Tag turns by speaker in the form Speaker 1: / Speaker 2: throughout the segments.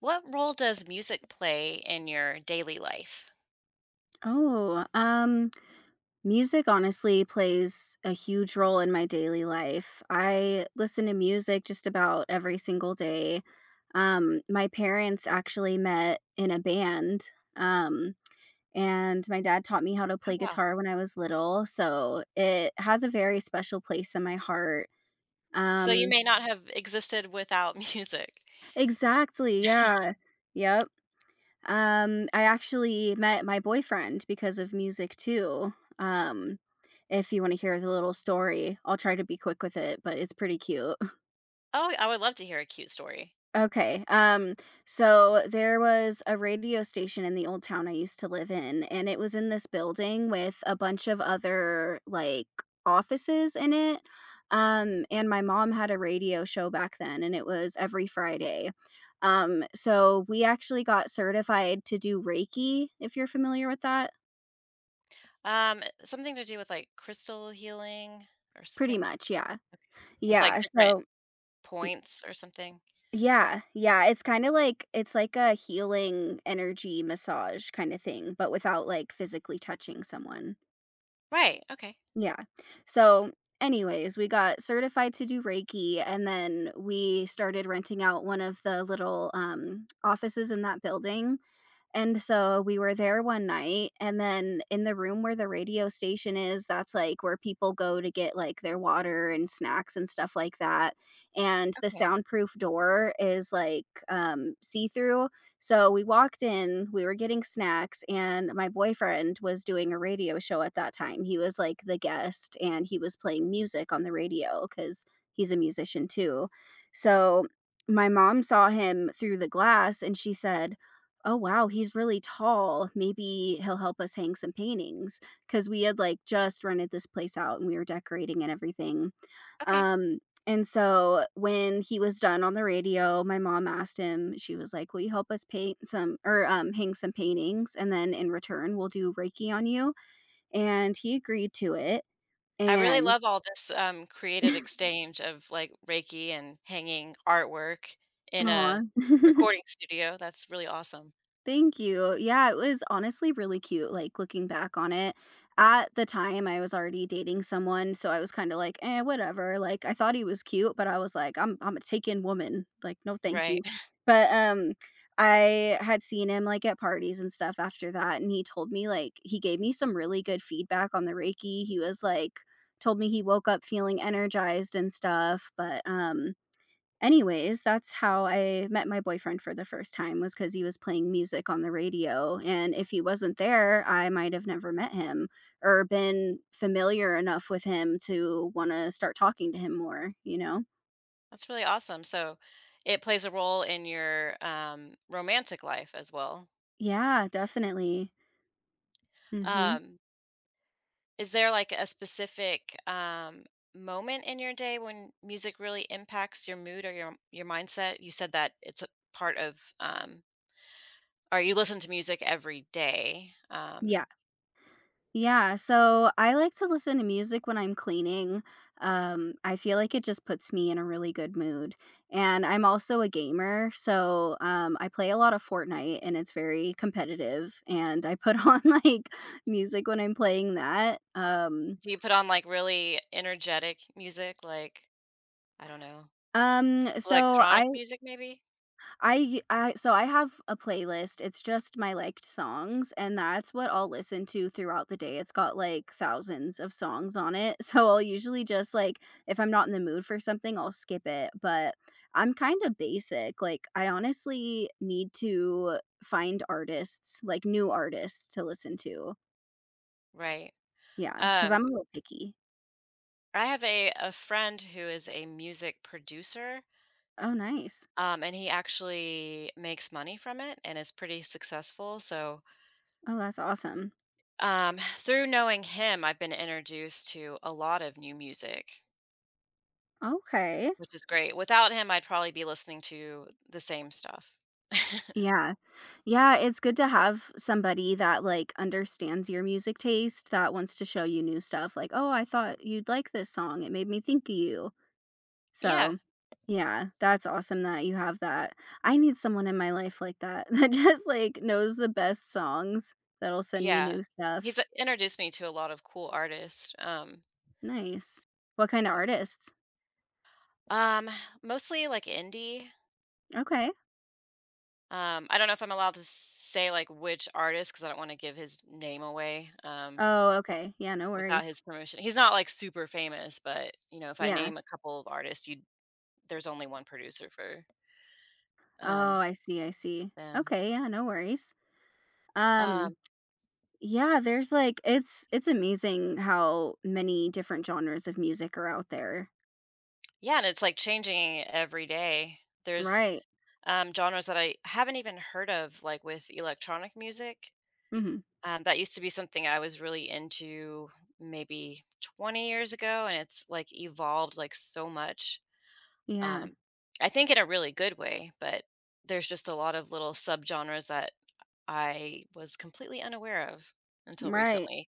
Speaker 1: What role does music play in your daily life?
Speaker 2: Oh, um, Music honestly plays a huge role in my daily life. I listen to music just about every single day. My parents actually met in a band. Um, and my dad taught me how to
Speaker 1: Oh,
Speaker 2: play
Speaker 1: wow.
Speaker 2: guitar when I was little, so it has a very special place in my heart.
Speaker 1: So you
Speaker 2: Um,
Speaker 1: may not have existed without music.
Speaker 2: exactly. Yeah. Yep. I actually met my boyfriend because of music too. Um, if you wanna hear the little story, I'll try to be quick with it, but it's pretty cute.
Speaker 1: Oh, I would love to hear a cute story.
Speaker 2: Okay. So there was a radio station in the old town I used to live in, and it was in this building with a bunch of other like offices in it. And my mom had a radio show back then, and it was every Friday. So we actually got certified to do Reiki, if you're familiar with that.
Speaker 1: Something to do with like crystal healing or
Speaker 2: Pretty
Speaker 1: something,
Speaker 2: much, yeah.
Speaker 1: with like
Speaker 2: Yeah.
Speaker 1: different
Speaker 2: So,
Speaker 1: points or something.
Speaker 2: yeah, yeah, it's kinda like it's like a healing energy massage kinda thing, but without, like, physically touching someone.
Speaker 1: Right. Okay.
Speaker 2: Yeah. So, anyways, we got certified to do Reiki, and then we started renting out one of the little, offices in that building, and so we were there one night, and then in the room where the radio station is, that's like where people go to get like their water and snacks and stuff like that. And the
Speaker 1: Okay.
Speaker 2: soundproof door is like see through. So we walked in, we were getting snacks, and my boyfriend was doing a radio show at that time. He was like the guest and he was playing music on the radio because he's a musician too. So my mom saw him through the glass and she said, "Oh wow, he's really tall, maybe he'll help us hang some paintings," because we had like just rented this place out and we were decorating and everything.
Speaker 1: Okay.
Speaker 2: um and so when he was done on the radio, my mom asked him, she was like, "Will you help us paint some, or hang some paintings, and then in return we'll do reiki on you?" And he agreed to it,
Speaker 1: I really
Speaker 2: and
Speaker 1: love all this creative exchange of like Reiki and hanging artwork in
Speaker 2: aw
Speaker 1: a recording studio. That's really awesome.
Speaker 2: thank you. Yeah, it was honestly really cute, like, looking back on it. At the time, I was already dating someone, so I was kinda like, "Eh, whatever." Like, I thought he was cute, but I was like, "I'm a taken woman. Like, no, thank
Speaker 1: Right.
Speaker 2: you." But I had seen him, like, at parties and stuff after that, and he told me, like, he gave me some really good feedback on the Reiki. He was like, told me he woke up feeling energized and stuff, but. Anyways, that's how I met my boyfriend for the first time was because he was playing music on the radio, and if he wasn't there, I might have never met him or been familiar enough with him to wanna start talking to him more, you know?
Speaker 1: That's really awesome. So it plays a role in your romantic life as well.
Speaker 2: Yeah, definitely. Mhm.
Speaker 1: Um, is there like a specific moment in your day when music really impacts your mood or your mindset? You said that it's a part of, or you listen to music every day.
Speaker 2: Yeah. Yeah, so I like to listen to music when I'm cleaning. I feel like it just puts me in a really good mood. And I'm also a gamer, so I play a lot of Fortnite and it's very competitive. And I put on like music when I'm playing that.
Speaker 1: Do you put on like really energetic music, like I don't know,
Speaker 2: Um, so
Speaker 1: electronic
Speaker 2: I
Speaker 1: music maybe?
Speaker 2: I I so I have a playlist, it's just my liked songs, and that's what I'll listen to throughout the day, it's got, like, thousands of songs on it, so I'll usually just, like, if I'm not in the mood for something, I'll skip it, but I'm kinda basic, like, I honestly need to find artists, like, new artists to listen to.
Speaker 1: Right.
Speaker 2: Yeah, because 'cause
Speaker 1: Um,
Speaker 2: I'm a little picky.
Speaker 1: I have a friend who is a music producer.
Speaker 2: Oh, nice.
Speaker 1: And he actually makes money from it and is pretty successful. So,
Speaker 2: Oh, that's awesome.
Speaker 1: through knowing him, I've been introduced to a lot of new music,
Speaker 2: Okay.
Speaker 1: which is great. Without him, I'd probably be listening to the same stuff.
Speaker 2: Yeah. Yeah, it's good to have somebody that, like, understands your music taste, that wants to show you new stuff, like, "Oh, I thought you'd like this song, it made me think of you."
Speaker 1: yeah,
Speaker 2: So, yeah, that's awesome that you have that. I need someone in my life like that, that just, like, knows the best songs, that'll send me
Speaker 1: yeah.
Speaker 2: new
Speaker 1: He's
Speaker 2: stuff.
Speaker 1: introduced me to a lot of cool artists. Um,
Speaker 2: Nice. What kinda
Speaker 1: so,
Speaker 2: artists?
Speaker 1: um, mostly like indie.
Speaker 2: Okay.
Speaker 1: I don't know if I'm allowed to say like which artist because I don't want to give his name away.
Speaker 2: Oh, okay, yeah, no
Speaker 1: Without
Speaker 2: worries.
Speaker 1: his permission, he's not, like, super famous, but, you know, if I
Speaker 2: Yeah.
Speaker 1: name a couple of artists, you there's only one producer for,
Speaker 2: Oh,
Speaker 1: um,
Speaker 2: I see, I see.
Speaker 1: them, yeah.
Speaker 2: Okay, yeah, no worries.
Speaker 1: Um,
Speaker 2: Um Yeah, there's like it's amazing how many different genres of music are out there.
Speaker 1: yeah, and it's, like, changing every day. There's,
Speaker 2: Right.
Speaker 1: genres that I haven't even heard of, like, with electronic music.
Speaker 2: Mhm.
Speaker 1: That used to be something I was really into maybe 20 years ago, and it's, like, evolved, like, so much.
Speaker 2: Yeah.
Speaker 1: Um, I think in a really good way, but there's just a lot of little subgenres that I was completely unaware of until
Speaker 2: Right.
Speaker 1: recently.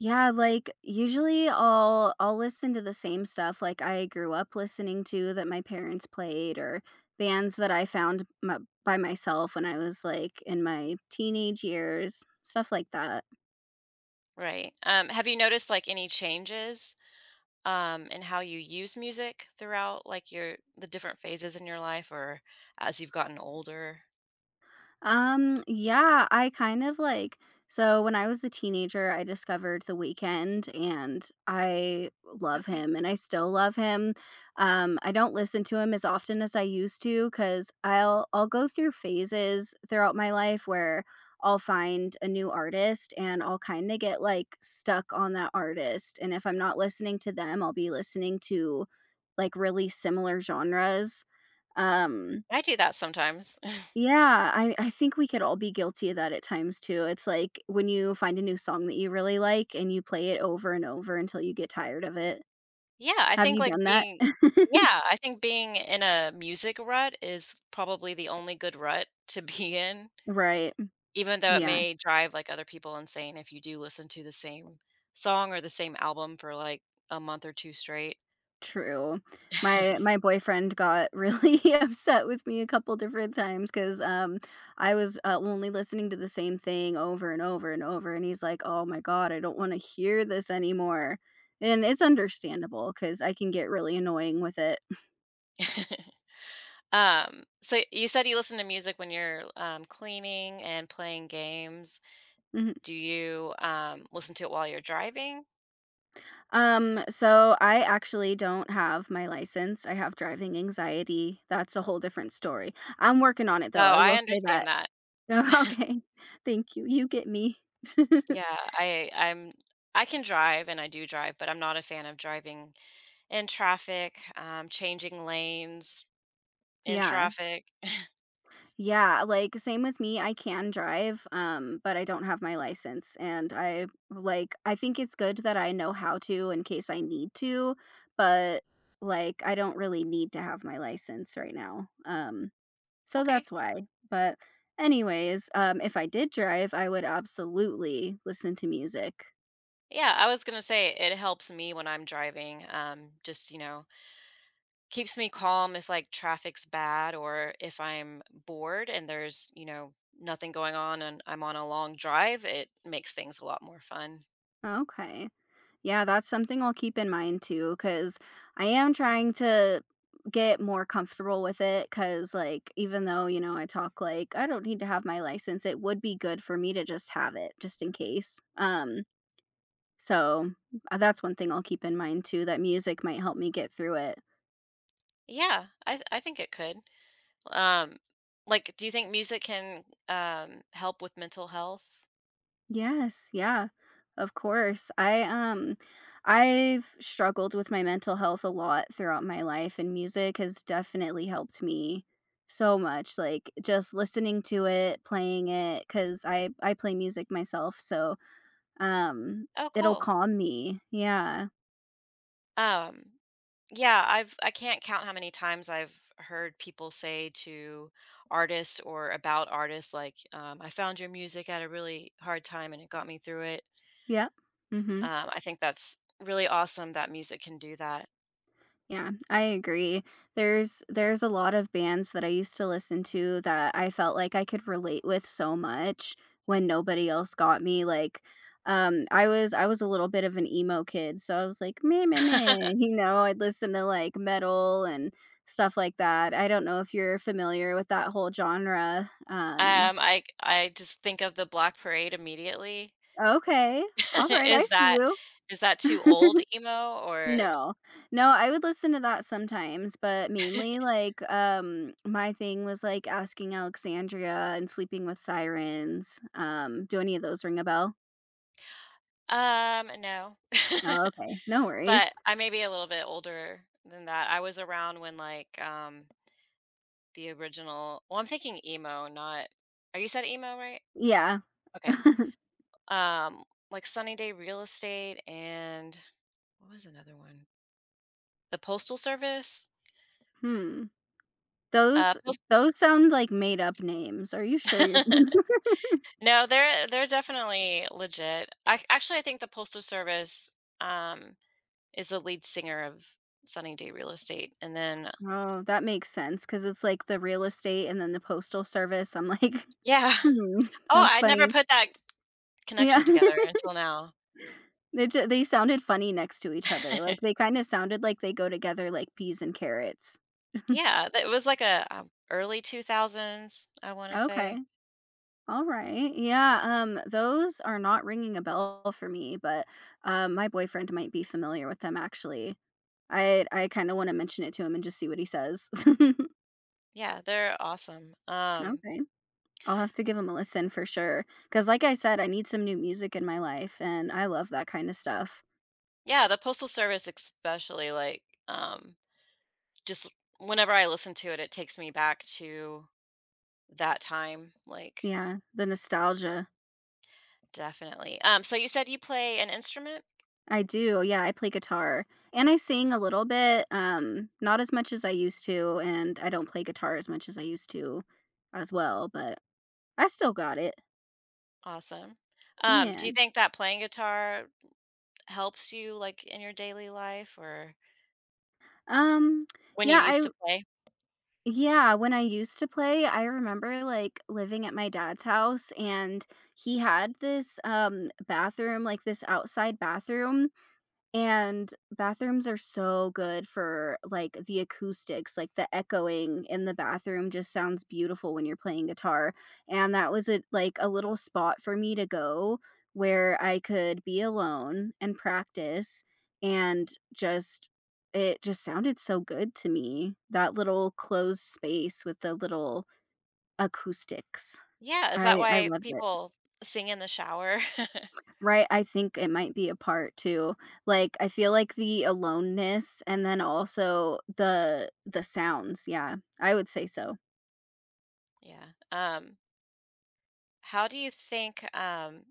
Speaker 2: Yeah, like usually I'll listen to the same stuff like I grew up listening to that my parents played or bands that I found my, by myself when I was like in my teenage years, stuff like that.
Speaker 1: Right. Have you noticed like any changes, in how you use music throughout like your the different phases in your life, or as you've gotten older?
Speaker 2: Yeah, I kind of like, so when I was a teenager, I discovered The Weeknd and I love
Speaker 1: Okay.
Speaker 2: him and I still love him. I don't listen to him as often as I used to cuz I'll go through phases throughout my life where I'll find a new artist and I'll kind of get like stuck on that artist and if I'm not listening to them, I'll be listening to like really similar genres. Um
Speaker 1: I do that sometimes.
Speaker 2: yeah, I think we could all be guilty of that at times too. It's like when you find a new song that you really like and you play it over and over until you get tired of it.
Speaker 1: Yeah, I
Speaker 2: Have
Speaker 1: think
Speaker 2: you
Speaker 1: like
Speaker 2: done that?
Speaker 1: being yeah, I think being in a music rut is probably the only good rut to be in.
Speaker 2: Right.
Speaker 1: Even though it
Speaker 2: Yeah,
Speaker 1: may drive, like, other people insane if you do listen to the same song or the same album for, like, a month or 2 straight.
Speaker 2: true. My my boyfriend got really upset with me a couple different times because I was, only listening to the same thing over and over and over, and he's like, "Oh my god, I don't wanna hear this anymore." And it's understandable because I can get really annoying with it.
Speaker 1: So you said you listen to music when you're, cleaning and playing games. Do you, listen to it while you're driving?
Speaker 2: So I actually don't have my license. I have driving anxiety. That's a whole different story. I'm working on it
Speaker 1: Oh,
Speaker 2: though. I
Speaker 1: I
Speaker 2: will say
Speaker 1: understand
Speaker 2: that.
Speaker 1: that.
Speaker 2: Okay. Thank you. You get me.
Speaker 1: Yeah, I I'm I can drive and I do drive, but I'm not a fan of driving in traffic, changing lanes in
Speaker 2: Yeah.
Speaker 1: traffic.
Speaker 2: Yeah, like same with me. I can drive, but I don't have my license and I like I think it's good that I know how to in case I need to, but like I don't really need to have my license right now. So
Speaker 1: Okay.
Speaker 2: that's why. But anyways, if I did drive, I would absolutely listen to music.
Speaker 1: Yeah, I was gonna say it helps me when I'm driving. Just, you know, keeps me calm if like traffic's bad, or if I'm bored and there's, you know, nothing going on and I'm on a long drive. It makes things a lot more fun.
Speaker 2: Okay. Yeah, that's something I'll keep in mind too. Cause I am trying to get more comfortable with it. Cause like, even though, you know, I talk like I don't need to have my license, it would be good for me to just have it just in case. So, that's one thing I'll keep in mind too, that music might help me get through it.
Speaker 1: Yeah, I think it could. Um, like, do you think music can, help with mental health?
Speaker 2: Yes, yeah. Of course. I've struggled with my mental health a lot throughout my life and music has definitely helped me so much like just listening to it, playing it cuz I play music myself, so um
Speaker 1: Oh,
Speaker 2: It'll
Speaker 1: cool.
Speaker 2: calm me. Yeah.
Speaker 1: Um, I can't count how many times I've heard people say to artists or about artists like, "I found your music at a really hard time and it got me through it."
Speaker 2: Yep. Mhm.
Speaker 1: I think that's really awesome that music can do that.
Speaker 2: Yeah, I agree. There's a lot of bands that I used to listen to that I felt like I could relate with so much when nobody else got me, like, I was a little bit of an emo kid, so I was like, "Meh, meh, meh," you know, I'd listen to, like, metal and stuff like that. I don't know if you're familiar with that whole genre.
Speaker 1: I just think of the Black Parade immediately.
Speaker 2: Okay, alright, I
Speaker 1: Is
Speaker 2: see
Speaker 1: that,
Speaker 2: you.
Speaker 1: is that too old emo, or
Speaker 2: No. No, I would listen to that sometimes, but mainly, like, my thing was, like, Asking Alexandria and Sleeping with Sirens. Do any of those ring a bell?
Speaker 1: No.
Speaker 2: Oh, okay. No
Speaker 1: But
Speaker 2: worries.
Speaker 1: I may be a little bit older than that. I was around when, like, the original well, I'm thinking emo, not Are you said emo, right?
Speaker 2: Yeah.
Speaker 1: Okay. Um, like, Sunny Day Real Estate and what was another one? The Postal Service?
Speaker 2: Hmm. Those
Speaker 1: Post
Speaker 2: those sound like made up names. Are you sure you're
Speaker 1: No, they're definitely legit. I actually, I think the Postal Service, um, is the lead singer of Sunny Day Real Estate, and then
Speaker 2: oh, that makes sense because it's, like, the real estate and then the postal service. I'm like,
Speaker 1: yeah.
Speaker 2: "Hmm,
Speaker 1: Oh,
Speaker 2: that's
Speaker 1: I never
Speaker 2: funny."
Speaker 1: put that connection
Speaker 2: Yeah.
Speaker 1: together until now.
Speaker 2: They sounded funny next to each other, like, they kinda sounded like they go together like peas and carrots.
Speaker 1: Yeah, that it was like a, early 2000s, I wanna say.
Speaker 2: Okay. Alright. Yeah, those are not ringing a bell for me, but, my boyfriend might be familiar with them, actually. I kinda wanna mention it to him and just see what he says.
Speaker 1: Yeah, they're awesome.
Speaker 2: Okay. I'll have to give him a listen for sure. Because like I said, I need some new music in my life, and I love that kinda stuff.
Speaker 1: Yeah, the Postal Service especially, like, just whenever I listen to it, it takes me back to that time, like,
Speaker 2: Yeah, the nostalgia.
Speaker 1: definitely. So you said you play an instrument?
Speaker 2: I do, yeah, I play guitar, and I sing a little bit, not as much as I used to, and I don't play guitar as much as I used to as well, but I still got it.
Speaker 1: Awesome. Do
Speaker 2: Yeah.
Speaker 1: you think that playing guitar helps you, like, in your daily life, or
Speaker 2: Um,
Speaker 1: when you
Speaker 2: yeah,
Speaker 1: used
Speaker 2: I
Speaker 1: to play?
Speaker 2: Yeah, when I used to play, I remember, like, living at my dad's house, and he had this, bathroom, like, this outside bathroom. And bathrooms are so good for, like, the acoustics, like, the echoing in the bathroom just sounds beautiful when you're playing guitar, and that was a like, a little spot for me to go where I could be alone and practice, and just it just sounded so good to me, that little closed space with the little acoustics.
Speaker 1: Yeah, is that
Speaker 2: I
Speaker 1: why
Speaker 2: loved it.
Speaker 1: people sing in the shower?
Speaker 2: Right, I think it might be a part too. Like, I feel like the aloneness and then also the sounds, yeah, I would say so.
Speaker 1: Yeah. How do you think,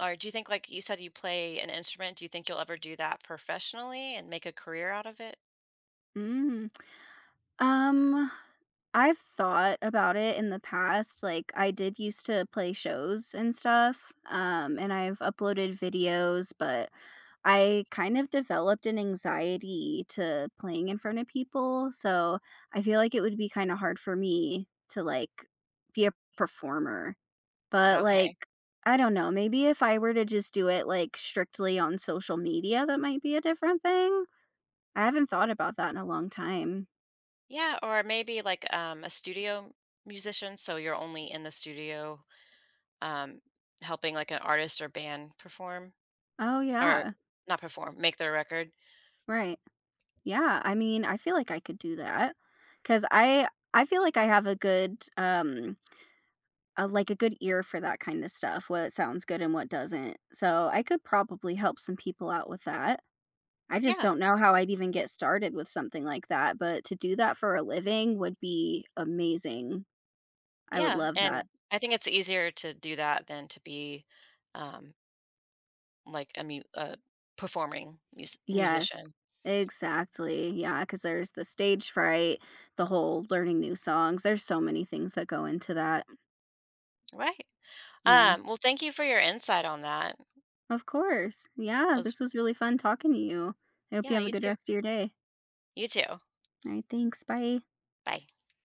Speaker 1: or do you think, like you said, you play an instrument? Do you think you'll ever do that professionally and make a career out of it?
Speaker 2: Mm, um, I've thought about it in the past, like, I did used to play shows and stuff, and I've uploaded videos, but I kind of developed an anxiety to playing in front of people, so I feel like it would be kinda hard for me to, like, be a performer. But,
Speaker 1: Okay.
Speaker 2: like, I don't know, maybe if I were to just do it, like, strictly on social media, that might be a different thing? I haven't thought about that in a long time.
Speaker 1: Yeah, or maybe like a studio musician, so you're only in the studio um, helping like an artist or band perform,
Speaker 2: Oh,
Speaker 1: or
Speaker 2: yeah.
Speaker 1: not perform, make their record.
Speaker 2: Right. Yeah, I mean, I feel like I could do that because I feel like I have a good, like, a good ear for that kinda stuff, what sounds good and what doesn't, so I could probably help some people out with that. I just
Speaker 1: Yeah,
Speaker 2: don't know how I'd even get started with something like that, but to do that for a living would be amazing. I would
Speaker 1: yeah,
Speaker 2: love that.
Speaker 1: and I think it's easier to do that than to be, um, like a mu- a performing
Speaker 2: Yes,
Speaker 1: musician,
Speaker 2: exactly. Yeah, because there's the stage fright, the whole learning new songs. There's so many things that go into that.
Speaker 1: right?
Speaker 2: Yeah,
Speaker 1: Well, thank you for your insight on that.
Speaker 2: of course.
Speaker 1: I
Speaker 2: Yeah,
Speaker 1: was,
Speaker 2: this was really fun talking to you. I hope you
Speaker 1: yeah,
Speaker 2: have a
Speaker 1: you
Speaker 2: good
Speaker 1: too.
Speaker 2: rest of your day.
Speaker 1: You too.
Speaker 2: All right, thanks. Bye.
Speaker 1: Bye.